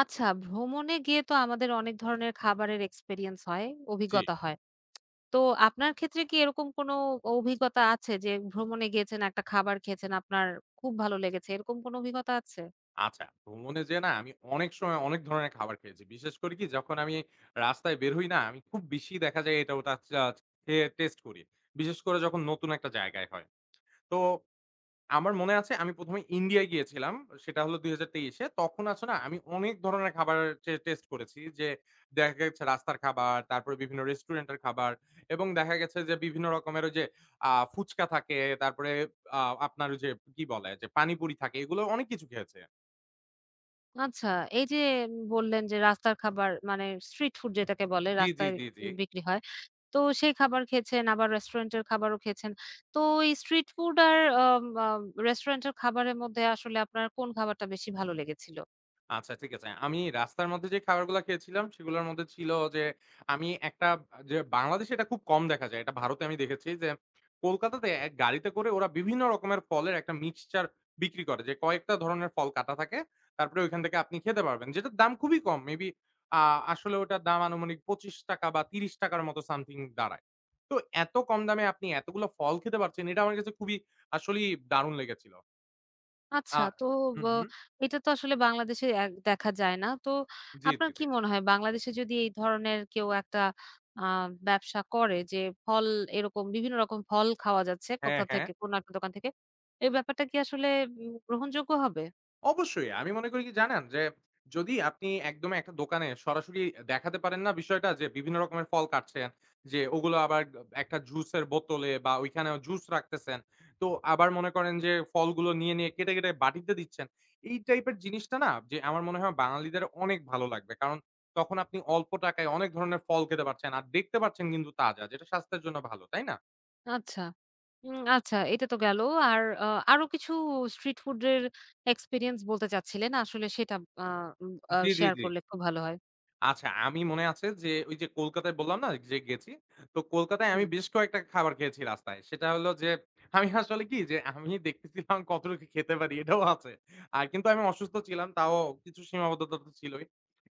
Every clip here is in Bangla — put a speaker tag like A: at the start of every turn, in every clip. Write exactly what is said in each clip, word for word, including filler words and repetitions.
A: আচ্ছা, ভ্রমণে গিয়ে তো আমাদের অনেক ধরনের খাবারের এক্সপেরিয়েন্স হয়,
B: জি,
A: অভিজ্ঞতা হয়। তো আপনার ক্ষেত্রে কি এরকম কোনো অভিজ্ঞতা আছে যে ভ্রমণে গিয়েছেন, একটা খাবার খেয়েছেন, আপনার খুব ভালো লেগেছে, এরকম কোনো অভিজ্ঞতা আছে?
B: আচ্ছা। ভ্রমণে যেয়ে না আমি অনেক সময় অনেক ধরনের খাবার খেয়েছি। বিশেষ করে কি যখন আমি রাস্তায় বের হই না, আমি খুব বেশি দেখা যায় এটা ওটা চা খেয়ে টেস্ট করি। বিশেষ করে যখন নতুন একটা জায়গায় হয়। তো আমার মনে আছে আমি ১ম এ ইন্ডিয়ায় গিয়েছিলাম। সেটা হলো দুই হাজার তেইশ এ। তখন আছে না আমি অনেক ধরনের খাবার টে টেস্ট করেছি। যে দেখা গেছে রাস্তার খাবার, তারপরে বিভিন্ন রেস্টুরেন্টের খাবার এবং দেখা গেছে যে বিভিন্ন রকমের ওই যে আ ফুচকা থাকে, তারপরে আ আপনার ওই যে কি বলে? যে পানিপুরি থাকে। এগুলো অনেক কিছু খেয়েছে।
A: আচ্ছা, এই যে বললেন যে রাস্তার খাবার মানে স্ট্রিট ফুড যেটাকে বলে
B: জি, জি,
A: রাস্তায়
B: জি, জি।
A: বিক্রি হয়। তো সেই খাবার খেয়েছেন, আবার রেস্টুরেন্টের খাবারও খেয়েছেন। তো এই স্ট্রিট ফুড আর আম আ রেস্টুরেন্টের খাবারের মধ্যে আসলে আপনার কোন খাবারটা বেশি ভালো লেগেছিল?
B: আচ্ছা, ঠিক আছে। আমি রাস্তার মধ্যে যে খাবারগুলা খেয়েছিলাম সেগুলোর মধ্যে ছিল যে আমি একটা যে বাংলাদেশে এটা খুব কম দেখা যায়। এটা ভারতে আমি দেখেছি যে কলকাতাতে এক গাড়িতে করে ওরা বিভিন্ন রকমের ফলের একটা মিক্সচার বিক্রি করে। যে কয়েকটা ধরনের ফল কাটা থাকে। তারপরে ওইখান থেকে আপনি খেতে পারবেন। যেটার দাম খুবই কম। মেবি আ আসলে ওটার দাম আনুমানিক ৳পঁচিশ বা ৳ত্রিশ র মতো সামথিং দাঁড়ায়। তো এত কম দামে আপনি এতগুলো ফল খেতে পারছেন এটা আমার কাছে খুবই আসলেই দারুণ লেগেছিল। আ
A: আচ্ছা। তো
B: হু,
A: ব
B: হু।
A: এটা তো আসলে বাংলাদেশে এক দেখা যায় না। তো
B: জি, জি,
A: আপনার কি
B: জি।
A: মনে হয় বাংলাদেশে যদি এই ধরনের কেউ একটা আ ব্যবসা করে, যে ফল এরকম বিভিন্ন রকম ফল খাওয়া যাচ্ছে
B: হ্যাঁ,
A: কোথা
B: হ্যাঁ।
A: থেকে, কোন একটা দোকান থেকে। এই ব্যাপারটা কি আসলে উম গ্রহণযোগ্য হবে?
B: অবশ্যই। আমি মনে করি কি জানেন? যে যদি আপনি একদম একটা দোকানে সরাসরি দেখাতে পারেন না বিষয়টা যে বিভিন্ন রকমের ফল কাটছেন। যে ওগুলো আবার একটা জুসের বোতলে বা ওইখানে জুস রাখতেছেন। তো আবার মনে করেন যে ফলগুলো নিয়ে, নিয়ে কেটে, কেটে বাটিতে দিচ্ছেন। এই টাইপের জিনিসটা না যে আমার মনে হয় বাঙালিদের অনেক ভালো লাগবে। কারণ তখন আপনি অল্প টাকায় অনেক ধরনের ফল খেতে পারছেন। আর দেখতে পাচ্ছেন কিন্তু তাজা যেটা স্বাস্থ্যের জন্য ভালো। তাই না?
A: আচ্ছা। উম আচ্ছা, এটা তো গেল। আর আ আরো কিছু স্ট্রিট ফুড এর এক্সপেরিয়েন্স বলতে চাচ্ছিলেন। আসলে সেটা আ উম আ
B: জি, জি,
A: শেয়ার
B: জি।
A: করলে খুব ভালো হয়।
B: আচ্ছা, আমি মনে আছে যে ওই যে কলকাতায় বললাম না যে গেছি। তো কলকাতায় আমি
A: হুম,
B: বেশ কয়েকটা খাবার খেয়েছি রাস্তায়। সেটা হলো যে আমি আসলে কি যে আমি দেখতেছিলাম কতটুকু খেতে পারি এটাও আছে। আর কিন্তু আমি অসুস্থ ছিলাম তাও কিছু সীমাবদ্ধতা তো ছিলই।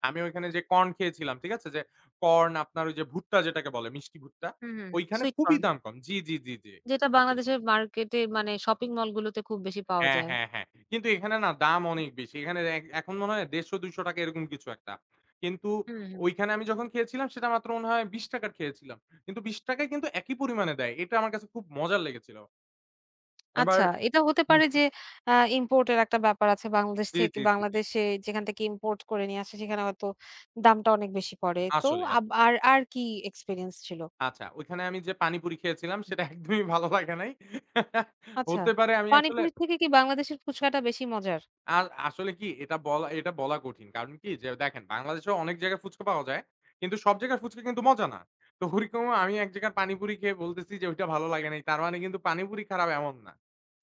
B: আমি ওইখানে যে কর্ন খেয়েছিলাম, ঠিক আছে? যে কর্ন আপনার ওই যে ভুট্টা যেটাকে বলে মিষ্টি ভুট্টা,
A: হুম, হুম, হুম।
B: ওইখানে
A: সুইট
B: খুবই
A: কর্ন।
B: দাম কম। জি, জি, জি, জি।
A: যেটা
B: আছে।
A: বাংলাদেশের মার্কেটে মানে শপিং মলগুলোতে খুব বেশি পাওয়া
B: হ্যাঁ,
A: যায়।
B: হ্যাঁ, হ্যাঁ। কিন্তু এখানে না দাম অনেক বেশি। এখানে এক এখন মনে হয় ৳একশ পঞ্চাশ-৳দুইশ এরকম কিছু একটা। কিন্তু
A: হুম, হুম।
B: ওইখানে আমি যখন খেয়েছিলাম সেটা মাত্র মনে হয় ৳বিশ র খেয়েছিলাম। কিন্তু ৳বিশ য় কিন্তু একই পরিমাণে দেয়। এটা আমার কাছে খুব মজার লেগেছিল। এবার
A: আচ্ছা, এটা হতে
B: হুম,
A: পারে যে
B: হুম।
A: আ ইম্পোর্ট এর একটা ব্যাপার আছে। বাংলাদেশ
B: জি,
A: থেকে
B: জি, জি, জি।
A: বাংলাদেশে যেখান থেকে ইম্পোর্ট করে নিয়ে আসে সেখানে হয়তো দামটা অনেক বেশি পড়ে। তো
B: আসলেই,
A: আব
B: আসলেই।
A: আর আর কি এক্সপেরিয়েন্স ছিল?
B: আচ্ছা, ওইখানে আমি যে পানিপুরি খেয়েছিলাম সেটা একদমই ভালো লাগে নাই।
A: আচ্ছা,
B: হতে পারে আমি আসলে
A: পানিপুরি থেকে কি বাংলাদেশের ফুচকাটা বেশি মজার?
B: আর আসলে কি এটা বলা এটা বলা কঠিন। কারণ কি যে দেখেন বাংলাদেশেও অনেক জায়গায় ফুচকা পাওয়া যায়। কিন্তু সব জায়গার ফুচকা কিন্তু মজা না। তো ওরকম আমি এক জায়গার পানিপুরি খেয়ে বলতেছি যে ওইটা ভালো লাগে নাই। তার মানে কিন্তু পানিপুরি খারাপ এমন না।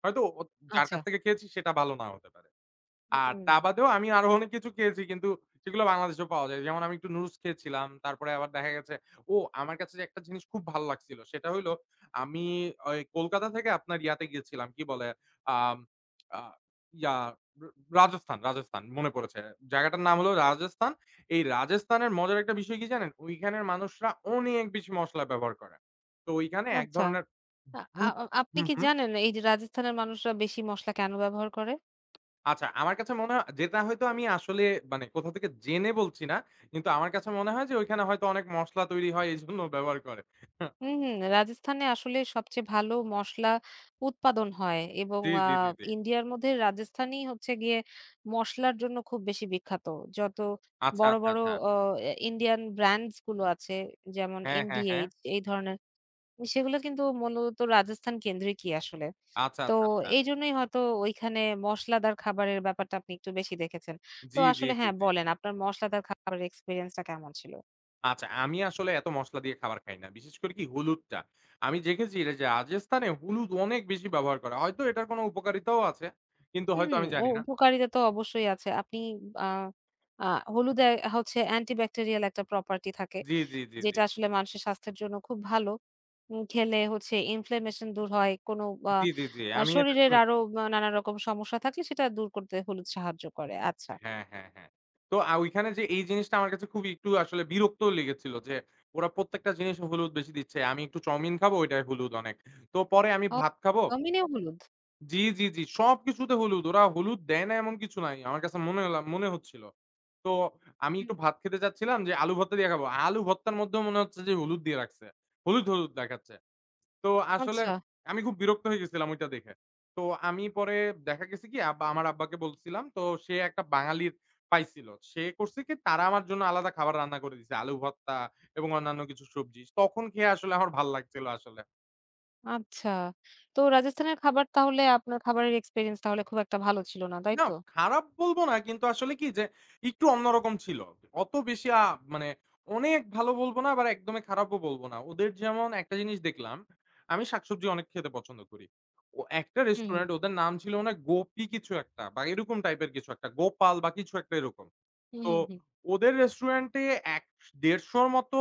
B: হয়তো ও যার
A: আচ্ছা।
B: কাছ থেকে খেয়েছি সেটা ভালো নাও হতে পারে। আর
A: হুম,
B: তা বাদেও আমি আরো অনেক কিছু খেয়েছি কিন্তু সেগুলো বাংলাদেশেও পাওয়া যায়। যেমন আমি একটু নুডলস খেয়েছিলাম। তারপরে আবার দেখা গেছে ও আমার কাছে যে একটা জিনিস খুব ভালো লাগছিল সেটা হইলো আমি ওই কলকাতা থেকে আপনার ইয়াতে গিয়েছিলাম। কি বলে? আম আ ইয়া রা রাজস্থান, রাজস্থান মনে পড়েছে। জায়গাটার নাম হলো রাজস্থান। এই রাজস্থানের মজার একটা বিষয় কি জানেন? ওইখানের মানুষরা অনেক বেশি মসলা ব্যবহার করে। তো ওইখানে এক
A: আচ্ছা।
B: ধরনের
A: আ আ
B: হুম,
A: আপনি
B: হুম,
A: কি
B: হুম।
A: জানেন এই যে রাজস্থানের মানুষরা বেশি মসলা কেন ব্যবহার করে?
B: আচ্ছা, আমার কাছে মনে হয় যেটা হয়তো আমি আসলে মানে কোথাও থেকে জেনে বলছি না। কিন্তু আমার কাছে মনে হয় যে ওইখানে হয়তো অনেক মসলা তৈরি হয় এজন্য ব্যবহার করে।
A: হুম, হুম। রাজস্থানে আসলে সবচেয়ে ভালো মসলা উৎপাদন হয় এবং
B: জি,
A: আ
B: জি, জি, জি।
A: ইন্ডিয়ার মধ্যে রাজস্থানই হচ্ছে গিয়ে মসলার জন্য খুব বেশি বিখ্যাত। যত
B: আচ্ছা,
A: বড়,
B: আচ্ছা,
A: বড়
B: আচ্ছা।
A: অ এ ইন্ডিয়ান ব্র্যান্ডস গুলো আছে, যেমন
B: হ্যাঁ, হ্যাঁ, হ্যাঁ।
A: এম ডি এইচ এই ধরনের, সেগুলো কিন্তু মূলত রাজস্থান কেন্দ্রিকই আসলে।
B: আচ্ছা,
A: তো
B: আচ্ছা, আচ্ছা।
A: এইজন্যই হয়তো ওইখানে মসলাদার খাবারের ব্যাপারটা আপনি একটু বেশি দেখেছেন। তো
B: জি, জি,
A: আসলে
B: জি,
A: হ্যাঁ,
B: জি।
A: বলেন আপনার মসলাদার খাবারের এক্সপেরিয়েন্সটা কেমন ছিল?
B: আচ্ছা, আমি আসলে এত মসলা দিয়ে খাবার খাই না। বিশেষ করে কি হলুদটা। আমি দেখেছি এটা যে রাজস্থানে হলুদ অনেক বেশি ব্যবহার করা। হয়তো এটার কোনো উপকারিতাও আছে। কিন্তু হয়তো
A: হুম,
B: আমি
A: ও
B: জানি না।
A: উপকারিতা তো অবশ্যই আছে। আপনি আ আ হলুদে হচ্ছে antibacterial একটা property থাকে।
B: জি, জি, জি, জি।
A: যেটা আসলে মানুষের স্বাস্থ্যের জন্য খুব ভালো। উম খেলে হচ্ছে inflammation দূর হয়। কোনো আ
B: জি, জি, জি।
A: আ
B: আমি এটা
A: শরীরের আরো
B: শুনেছি।
A: আ নানা রকম সমস্যা থাকলে সেটা দূর করতে হলুদ সাহায্য করে। আচ্ছা।
B: হ্যাঁ, হ্যাঁ, হ্যাঁ। তো আ ওইখানে যে এই জিনিসটা আমার কাছে খুবই একটু আসলে বিরক্ত লেগেছিল যে ওরা প্রত্যেকটা জিনিসে হলুদ বেশি দিচ্ছে। আমি একটু চাউমিন খাবো ওইটায় হলুদ অনেক। তো পরে আমি
A: ও
B: ভাত খাবো
A: ভিটামিনেও হলুদ?
B: জি, জি, জি। সবকিছুতে হলুদ। ওরা হলুদ দেয় না এমন কিছু নাই। আমার কাছে মনে হলা মনে হচ্ছিল। তো আমি
A: হুম।
B: একটু ভাত খেতে চাচ্ছিলাম যে আলু ভর্তা দিয়ে খাবো। আলু ভর্তার মধ্যেও মনে হচ্ছে যে হলুদ দিয়ে রাখছে। হলুদ, হলুদ দেখাচ্ছে। তো আসলে
A: আচ্ছা,
B: আমি খুব বিরক্ত হয়ে গেছিলাম ঐটা দেখে। তো আমি পরে দেখা গেছে কি আব্বা আমার আব্বাকে বলছিলাম। তো সে একটা বাঙালির পাইছিল। সে করছে কি তারা আমার জন্য আলাদা খাবার রান্না করে দিছে। আলু ভর্তা এবং অন্যান্য কিছু সবজি। তখন খেয়ে আসলে আমার ভাল লাগছিল আসলে।
A: আচ্ছা। তো রাজস্থানের খাবার তাহলে আপনার খাবারের এক্সপেরিয়েন্স তাহলে খুব একটা ভালো ছিল না, তাই
B: না,
A: তো?
B: খারাপ বলব না। কিন্তু আসলে কি যে একটু অন্যরকম ছিল। অত বেশি আ মানে অনেক ভালো বলব না, আবার একদমই খারাপও বলব না। ওদের যেমন একটা জিনিস দেখলাম, আমি শাকসবজি অনেক খেতে পছন্দ করি। ও একটা
A: হুম, হুম।
B: রেস্টুরেন্ট ওদের নাম ছিল মনে হয় গোপী কিছু একটা বা এরকম টাইপের কিছু একটা। গোপাল বা কিছু একটা এরকম।
A: হুম,
B: তো
A: হুম, হুম।
B: ওদের রেস্টুরেন্টে এক থেকে একশ পঞ্চাশ র মতো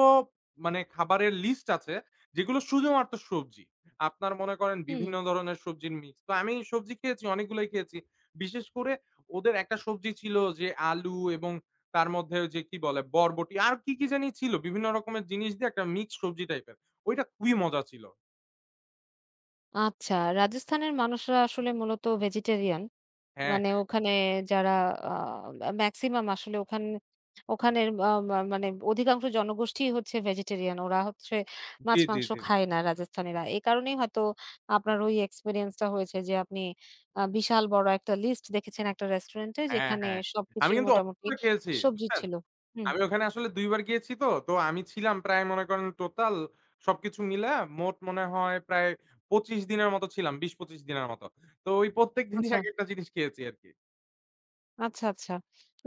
B: মানে খাবারের লিস্ট আছে, যেগুলো শুধুমাত্র সবজি। আপনার মনে করেন
A: হুম।
B: বিভিন্ন ধরনের সবজির মিক্স। তো আমি সবজি খেয়েছি, অনেকগুলোই খেয়েছি। বিশেষ করে ওদের একটা সবজি ছিল যে আলু এবং তার মধ্যে ওই যে কি বলে বরবটি আর কি, কি জানি ছিল। বিভিন্ন রকমের জিনিস দিয়ে একটা মিক্সড সবজি টাইপের। ওইটা খুবই মজা ছিল।
A: আচ্ছা, রাজস্থানের মানুষরা আসলে মূলত ভেজিটেরিয়ান।
B: হ্যাঁ,
A: মানে ওখানে যারা আ মেক্সিমাম আসলে ওখান ওখানের আ মা মানে অধিকাংশ জনগোষ্ঠীই হচ্ছে ভেজিটেরিয়ান। ওরা হচ্ছে
B: জি, জি,
A: মাছ-মাংস
B: জি, জি।
A: খায় না রাজস্থানীরা। এ কারণেই হয়তো আপনার ওই এক্সপেরিয়েন্সটা হয়েছে যে আপনি আ বিশাল বড় একটা লিস্ট দেখেছেন একটা রেস্টুরেন্টে
B: হ্যাঁ,
A: যেখানে
B: হ্যাঁ। আমি
A: সবকিছুই
B: কিন্তু
A: মোটামুটি
B: অনেকগুলো খেয়েছি,
A: সবজি
B: বুঝছেন?
A: ছিল। হুম,
B: আমি ওখানে আসলে দুই বার গিয়েছি তো। তো আমি ছিলাম প্রায় মনে করেন টোটাল সবকিছু মিলায়া মোট মনে হয় প্রায় পঁচিশ দিনের মতো ছিলাম। বিশ পঁচিশ দিনের মতো। তো ওই প্রত্যেক দিনই
A: আচ্ছা।
B: এক একটা জিনিস খেয়েছি আরকি।
A: আচ্ছা, আচ্ছা।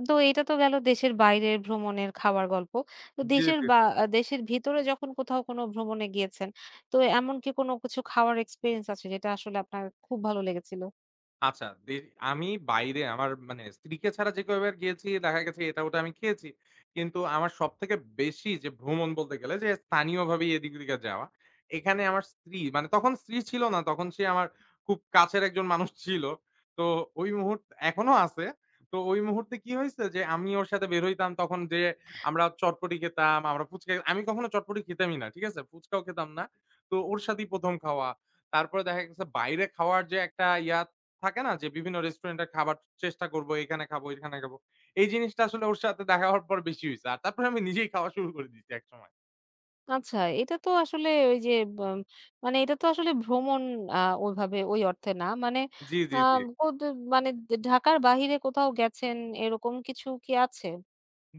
A: তো এটা তো গেল দেশের বাইরের ভ্রমণের খাওয়ার গল্প। তো
B: জি,
A: দেশের
B: জি,
A: বা
B: জি।
A: আ দেশের ভিতরে যখন কোথাও কোনো ভ্রমণে গিয়েছেন, তো এমন কি কোনো কিছু খাওয়ার এক্সপেরিয়েন্স আছে যেটা আসলে আপনার খুব ভালো লেগেছিল?
B: আচ্ছা, দে আমি বাইরে আমার মানে স্ত্রীকে ছাড়া যে কয়বার গিয়েছি দেখা গেছে এটা ওটা আমি খেয়েছি। কিন্তু আমার সবথেকে বেশি যে ভ্রমণ বলতে গেলে যে স্থানীয়ভাবেই এদিক-ওদিকে যাওয়া। এখানে আমার স্ত্রী মানে তখন স্ত্রী ছিল না, তখন সে আমার খুব কাছের একজন মানুষ ছিল। তো ওই মুহূর্ত এখনো আছে। তো ওই মুহূর্তে কি হইছে যে আমি ওর সাথে বের হইতাম তখন যে আমরা চটপটি খেতাম, আমরা ফুচকা আমি কখনো চটপটি খেতামই না, ঠিক আছে? ফুচকাও খেতাম না। তো ওর সাথেই ১ম খাওয়া। তারপরে দেখা গেছে বাইরে খাওয়ার যে একটা ইয়া থাকে না যে বিভিন্ন রেস্টুরেন্টের খাবার চেষ্টা করব, এখানে খাবো, এখানে খাবো। এই জিনিসটা আসলে ওর সাথে দেখা হওয়ার পর বেশি হইছে। আর তারপরে আমি নিজেই খাওয়া শুরু করে দিয়েছি একসময়।
A: আচ্ছা, এটা তো আসলে ওই যে বাম মানে এটা তো আসলে ভ্রমণ আ ওইভাবে ওই অর্থে না। মানে
B: জি, জি,
A: আ
B: জি।
A: ওদ মানে ঢাকার বাহিরে কোথাও গেছেন এরকম কিছু কি আছে?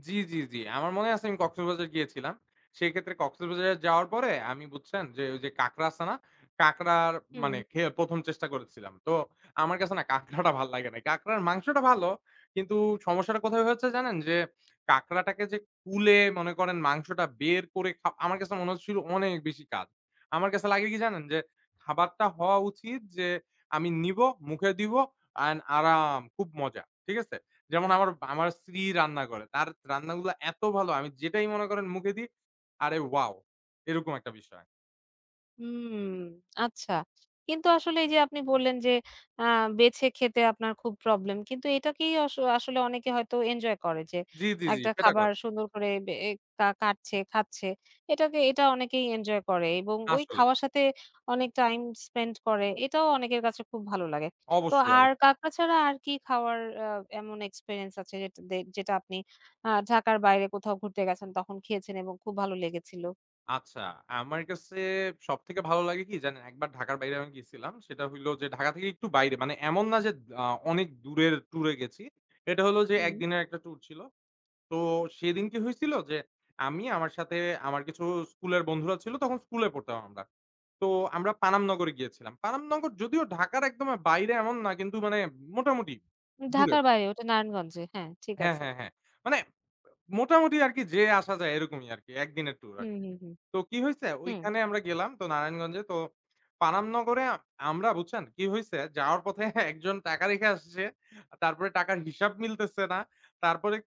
B: জি, জি, জি। আমার মনে আছে আমি কক্সবাজার গিয়েছিলাম। সেক্ষেত্রে কক্সবাজার যাওয়ার পরে আমি বুঝছেন যে ওই যে কাঁকড়া আছে না? কাঁকড়ার
A: হুম।
B: মানে খেয়ে ১ম চেষ্টা করেছিলাম। তো আমার কাছে না কাঁকড়াটা ভাল লাগে নাই। কাঁকড়ার মাংসটা ভালো। কিন্তু সমস্যাটা কোথায় হয়েছে জানেন? যে কাঁকড়াটাকে যে কুলে মনে করেন মাংসটা বের করে খা আমার কাছে মনে হচ্ছিল অনেক বেশি কাজ। আমার কাছে লাগে কি জানেন? যে খাবারটা হওয়া উচিত যে আমি নিবো, মুখে দিব অ্যান্ড আরাম খুব মজা। ঠিক আছে? যেমন আমার, আমার স্ত্রী রান্না করে। তার রান্নাগুলো এত ভালো আমি যেটাই মনে করেন মুখে দিই, আরে ওয়াও! এরকম একটা বিষয়।
A: হুম, আচ্ছা। কিন্তু আসলে এই যে আপনি বললেন যে আ বেছে খেতে আপনার খুব প্রবলেম। কিন্তু এটাকেই আস আসলে অনেকে হয়তো এনজয় করে যে
B: জি, জি, জি,
A: একটা
B: সেটা
A: খাবার
B: করে।
A: সুন্দর করে বে এ কা কাটছে, খাচ্ছে। এটাকে এটা অনেকেই এনজয় করে এবং ওই
B: আসলেই।
A: খাওয়ার সাথে অনেক টাইম স্পেন্ড করে। এটাও অনেকের কাছে খুব ভালো লাগে। তো
B: অবশ্যই, অব
A: আর কাঁকড়া ছাড়া আর কি খাওয়ার আ এমন এক্সপেরিয়েন্স আছে যেটা দে যেটা আপনি আ ঢাকার বাইরে কোথাও ঘুরতে গেছেন তখন খেয়েছেন এবং খুব ভালো লেগেছিল?
B: আচ্ছা, আমার কাছে সবথেকে ভালো লাগে কি জানেন? একবার ঢাকার বাইরে আমি গেছিলাম। সেটা হইলো যে ঢাকা থেকে একটু বাইরে। মানে এমন না যে আ অনেক দূরের ট্যুরে গেছি। এটা হলো যে
A: হুম।
B: একদিনের একটা ট্যুর ছিল। তো সেদিন কি হয়েছিল যে আমি আমার সাথে আমার কিছু স্কুলের বন্ধুরা ছিল তখন স্কুলে পড়তাম আমরা। তো আমরা পানামনগরে গিয়েছিলাম। পানামনগর যদিও ঢাকার একদম বাইরে এমন না কিন্তু মানে মোটামুটি দূরে।
A: ঢাকার বাইরে ওটা নারায়ণগঞ্জে। হ্যাঁ, ঠিক
B: হ্যাঁ,
A: আছে।
B: হ্যাঁ, হ্যাঁ। মানে মোটামুটি আরকি যেয়ে আসা যায় এরকমই আরকি। একদিনের ট্যুর
A: হুম,
B: আরকি।
A: হুম, হুম।
B: তো কি হইছে?
A: হুম,
B: ওইখানে আমরা গেলাম তো নারায়ণগঞ্জে। তো পানামনগরে আ আমরা বুঝছেন কি হইছে? যাওয়ার পথে একজন টাকা রেখে আসছে। তারপরে টাকার হিসাব মিলতেছে না। তারপরে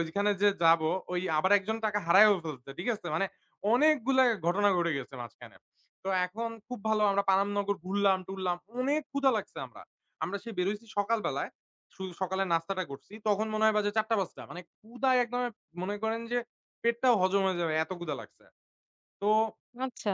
B: ওইখানে যে যাবো, ওই আবার একজন টাকা হারায়ও ফেলছে। ঠিক আছে? মানে অনেকগুলা ঘটনা ঘটে গেছে মাঝখানে। তো এখন খুব ভালো আমরা পানামনগর ঘুরলাম-টুরলাম। অনেক ক্ষুধা লাগছে আমরা। আমরা সেই বেরোইছি সকালবেলায়। শুধু সকালে নাস্তাটা করছি। তখন মনে হয় বাজে ৪টা-৫টা। মানে ক্ষুধায় একদম মনে করেন যে পেটটাও হজম হয়ে যাবে এত ক্ষুধা লাগছে। তো
A: আচ্ছা।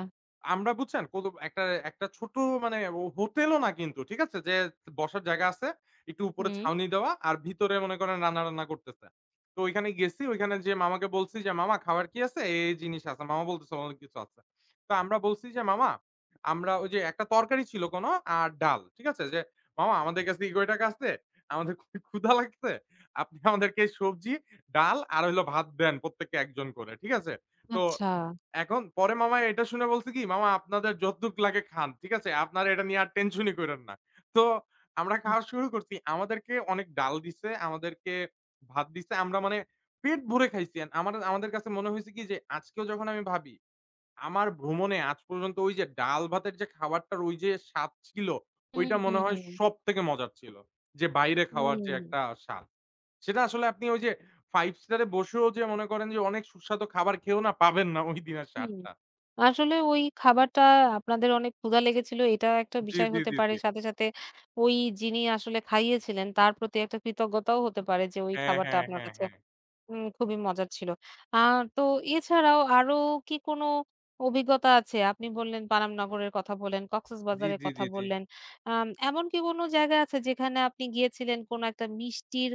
B: আমরা বুঝছেন কোন একটা একটা ছোট মানে ও হোটেলও না কিন্তু ঠিক আছে? যে বসার জায়গা আছে, একটু উপরে
A: হুম।
B: ছাউনি দেওয়া আর ভিতরে মনে করেন রান্না-টান্না করতেছে। তো ওইখানে গেছি, ওইখানে যেয়ে মামাকে বলছি যে, "মামা খাবার কি আছে?" "এই, এই জিনিস আছে।" মামা বলতেছে, "অনেক কিছু আছে।" তো আমরা বলছি যে, "মামা আমরা" ওই যে একটা তরকারি ছিল কোন আর ডাল। ঠিক আছে? যে, "মামা আমাদের কাছে কি কয় টাকা আছে? আমাদের খুবই ক্ষুধা লাগছে। আপনি আমাদেরকে সবজি, ডাল আর হইলো ভাত দেন প্রত্যেককে এক জন করে।" ঠিক আছে? তো
A: আচ্ছা।
B: এখন পরে মামা এটা শুনে বলছে কি, "মামা আপনাদের যতটুক লাগে খান। ঠিক আছে? আপনারা এটা নিয়ে আর টেনশনই কইরেন না।" তো আমরা
A: হুম,
B: খাওয়া শুরু করছি। আমাদেরকে অনেক ডাল দিছে, আমাদেরকে ভাত দিছে। আমরা মানে পেট ভরে খাইছি। And আমার আমাদের কাছে মনে হইছে কি যে আজকেও যখন আমি ভাবি, আমার ভ্রমণে আজ পর্যন্ত ওই যে ডাল ভাতের যে খাবারটার ওই যে স্বাদ ছিল,
A: হুম,
B: ওইটা
A: হুম,
B: মনে হয়
A: হুম,
B: সবথেকে মজার ছিল। যে বাইরে খাওয়ার
A: হুম।
B: যে একটা স্বাদ। সেটা আসলে আপনি ওই যে পাঁচ স্টারে বসেও যে মনে করেন যে অনেক সুস্বাদু খাবার খেয়েও না পাবেন না ওই দিনের
A: হুম।
B: স্বাদটা।
A: আসলে ওই খাবারটা আপনাদের অনেক ক্ষুধা লেগেছিল, এটা একটা
B: জি,
A: বিষয়
B: জি,
A: হতে
B: জি,
A: পারে।
B: জি।
A: সাথে, সাথে ওই যিনি আসলে খাইয়েছিলেন তার প্রতি একটা কৃতজ্ঞতাও হতে পারে যে ওই
B: হ্যাঁ,
A: খাবারটা
B: হ্যাঁ,
A: আপনার
B: হ্যাঁ,
A: কাছে
B: হ্যাঁ।
A: হুম, খুবই মজার ছিল। আ তো এছাড়াও আরো কি কোনো অভিজ্ঞতা আছে? আপনি বললেন, পানামনগরের কথা বললেন,
B: জি,
A: কক্সবাজারের
B: জি,
A: কথা
B: জি, জি।
A: বললেন। আম এমন কি কোনো জায়গা আছে যেখানে আপনি গিয়েছিলেন, কোনো একটা মিষ্টির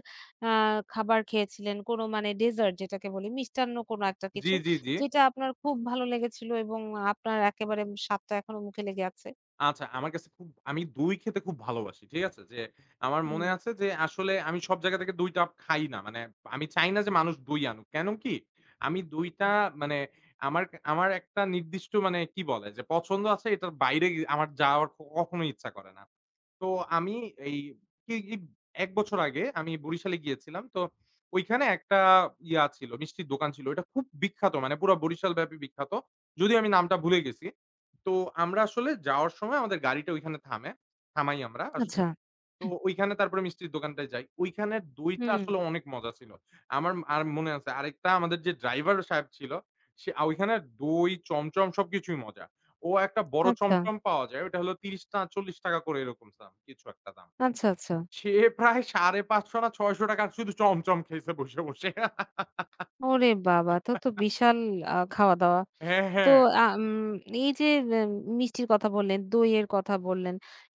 A: আ খাবার খেয়েছিলেন, কোনো মানে ডেজার্ট যেটাকে বলি, মিষ্টান্ন কোনো একটা
B: জি,
A: কিছু,
B: জি, জি।
A: যেটা আপনার খুব ভালো লেগেছিল এবং আপনার একেবারে স্বাদটা এখনো মুখে লেগে আছে?
B: আচ্ছা, আমার কাছে খুব আমি দই খেতে খুব ভালোবাসি। ঠিক আছে? যে আমার মনে
A: হুম।
B: আছে যে আসলে আমি সব জায়গা থেকে দইটা খাই না। মানে আমি চাই না যে মানুষ দই আনুক। কেন কি? আমি দইটা মানে আমার আমার একটা নির্দিষ্ট মানে কি বলে যে পছন্দ আছে এটার বাইরে গি- আমার যাওয়ার ক- কখনো ইচ্ছা করে না। তো আমি এই কি এই এক বছর আগে আমি বরিশালে গিয়েছিলাম। তো ঐখানে একটা ইয়া ছিল, মিষ্টির দোকান ছিল। এটা খুব বিখ্যাত মানে পুরা বরিশাল ব্যাপী বিখ্যাত। যদিও আমি নামটা ভুলে গেছি। তো আমরা আসলে যাওয়ার সময় আমাদের গাড়িটা ঐখানে থামে। থামাই আমরা আসলে।
A: আচ্ছা।
B: তো ওইখানে তারপরে মিষ্টির দোকানটায় যাই। ওইখানের দইটা
A: হুম।
B: আসলে অনেক মজা ছিল। আমার আর মনে আছে আরেকটা আমাদের যে ড্রাইভার সাহেব ছিল, সে আ ওইখানে দই, চমচম সবকিছুই মজা। ও একটা বড়
A: আচ্ছা,
B: চমচম পাওয়া যায়। ওটা হলো ৳ত্রিশ না ৳চল্লিশ করে এরকম দাম, কিছু একটা দাম।
A: আচ্ছা, আচ্ছা।
B: সে প্রায় ৳সাড়ে পাঁচশ না ৳ছয়শ র শুধু চমচম খেয়েছে বসে, বসে।
A: ওরে বাবা! তো তো বিশাল আ খাওয়া-দাওয়া।
B: হ্যাঁ,
A: তো
B: হ্যাঁ।
A: আম এই যে এম মিষ্টির কথা বললেন, দইয়ের কথা বললেন।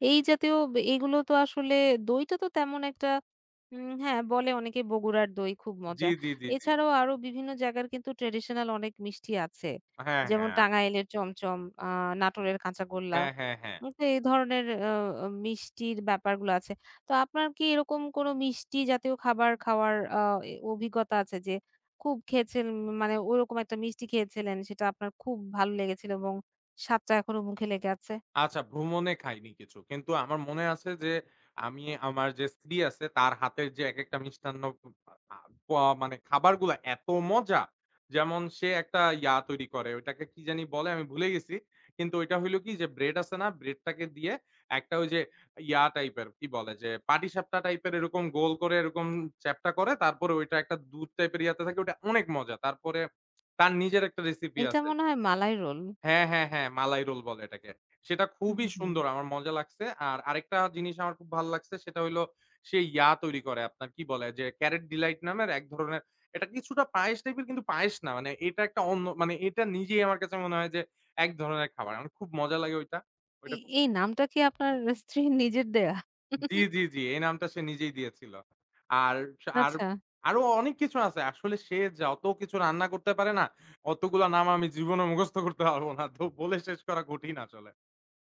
A: এই জাতীয় বে এগুলো তো আসলে দইটা তো তেমন একটা উম হ্যাঁ, বলে অনেকে বগুড়ার দই খুব
B: জি,
A: মজা।
B: জি, জি, জি।
A: এছাড়াও আরো বিভিন্ন জায়গার কিন্তু ট্র্যাডিশনাল অনেক মিষ্টি আছে।
B: হ্যাঁ,
A: যেমন
B: হ্যাঁ।
A: টাঙ্গাইলের চমচম, আ নাটোরের কাঁচাগোল্লা।
B: হ্যাঁ, হ্যাঁ, হ্যাঁ।
A: উম তো এই ধরনের আ আ মিষ্টির ব্যাপারগুলো আছে। তো আপনার কি এরকম কোনো মিষ্টি জাতীয় খাবার খাওয়ার আ এ অভিজ্ঞতা আছে যে খুব খেয়েছেন, মানে ওরকম একটা মিষ্টি খেয়েছিলেন, সেটা আপনার খুব ভালো লেগেছিল এবং স্বাদটা এখনো মুখে লেগে আছে?
B: আচ্ছা, ভ্রমণে খাইনি কিছু। কিন্তু আমার মনে আছে যে, আমি আমার যে স্ত্রী আছে, তার হাতের যে একেকটা মিষ্টান্ন আ পা মানে খাবারগুলা এত মজা! যেমন সে একটা ইয়া তৈরি করে, ওইটাকে কি জানি বলে? আমি ভুলে গেছি। কিন্তু ওইটা হইল কি? যে ব্রেড আছে না? ব্রেডটাকে দিয়ে একটা ওই যে ইয়া টাইপের কি বলে? যে পাটিসাপটা টাইপের এরকম গোল করে এরকম চ্যাপ্টা করে, তারপরে ওইটা একটা দুধ টাইপের ইয়াতে থাকে, ওইটা অনেক মজা। তারপরে তার নিজের একটা রেসিপি
A: এটা
B: আছে।
A: মনে হয় মালাই রোল।
B: হ্যাঁ, হ্যাঁ, হ্যাঁ, মালাই রোল বলে এটাকে। সেটা
A: হুম,
B: খুবই
A: হুম, হুম।
B: সুন্দর আমার মজা লাগছে। আর আরেকটা জিনিস আমার খুব ভালো লাগছে সেটা হইলো সে ইয়া তৈরি করে আপনার কি বলে যে ক্যারট ডিলাইট নামের এক ধরনের এটা কিছুটা পায়েস টাইপের কিন্তু পায়েস না। মানে এটা একটা অন্য মানে এটা নিজেই আমার কাছে মনে হয় যে এক ধরনের খাবার। আমার খুব মজা লাগে ওইটা। ওইটা
A: এই
B: খুব
A: এই নামটা কি আপনার স্ত্রীর নিজের দেয়া?
B: জি, জি, জি। এই নামটা সে নিজেই দিয়েছিল। আর স- আর
A: আচ্ছা।
B: আরো অনেক কিছু আছে। আসলে সে যত কিছু রান্না করতে পারে না, অতগুলা নাম আমি জীবনে মুখস্থ করতে পারব না। তো বলে শেষ করা কঠিন আসলে।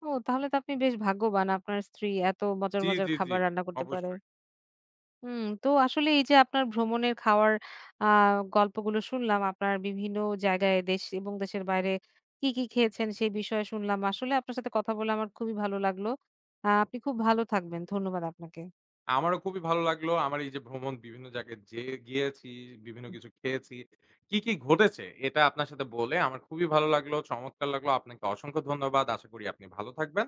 A: ও তাহলে তো আপনি বেশ ভাগ্যবান। আপনার স্ত্রী এত মজার,
B: জি,
A: মজার
B: জি, জি।
A: খাবার রান্না করতে পারে।
B: অবশ্যই।
A: হুম, তো আসলে এই যে আপনার ভ্রমণের খাওয়ার আ গল্পগুলো শুনলাম, আপনার বিভিন্ন জায়গায় দেশ এবং দেশের বাইরে কি, কি খেয়েছেন সেই বিষয়ে শুনলাম। আসলে আপনার সাথে কথা বলে আমার খুবই ভালো লাগলো। আ আপনি খুব ভালো থাকবেন। ধন্যবাদ আপনাকে।
B: আমারও খুবই ভালো লাগলো। আমার এই যে ভ্রমণ বিভিন্ন জায়গায় যেয়ে গিয়েছি, বিভিন্ন কিছু খেয়েছি। কি, কি ঘটেছে এটা আপনার সাথে বলে আমার খুবই ভালো লাগলো। চমৎকার লাগলো। আপনাকে অসংখ্য ধন্যবাদ। আশা করি আপনি ভালো থাকবেন।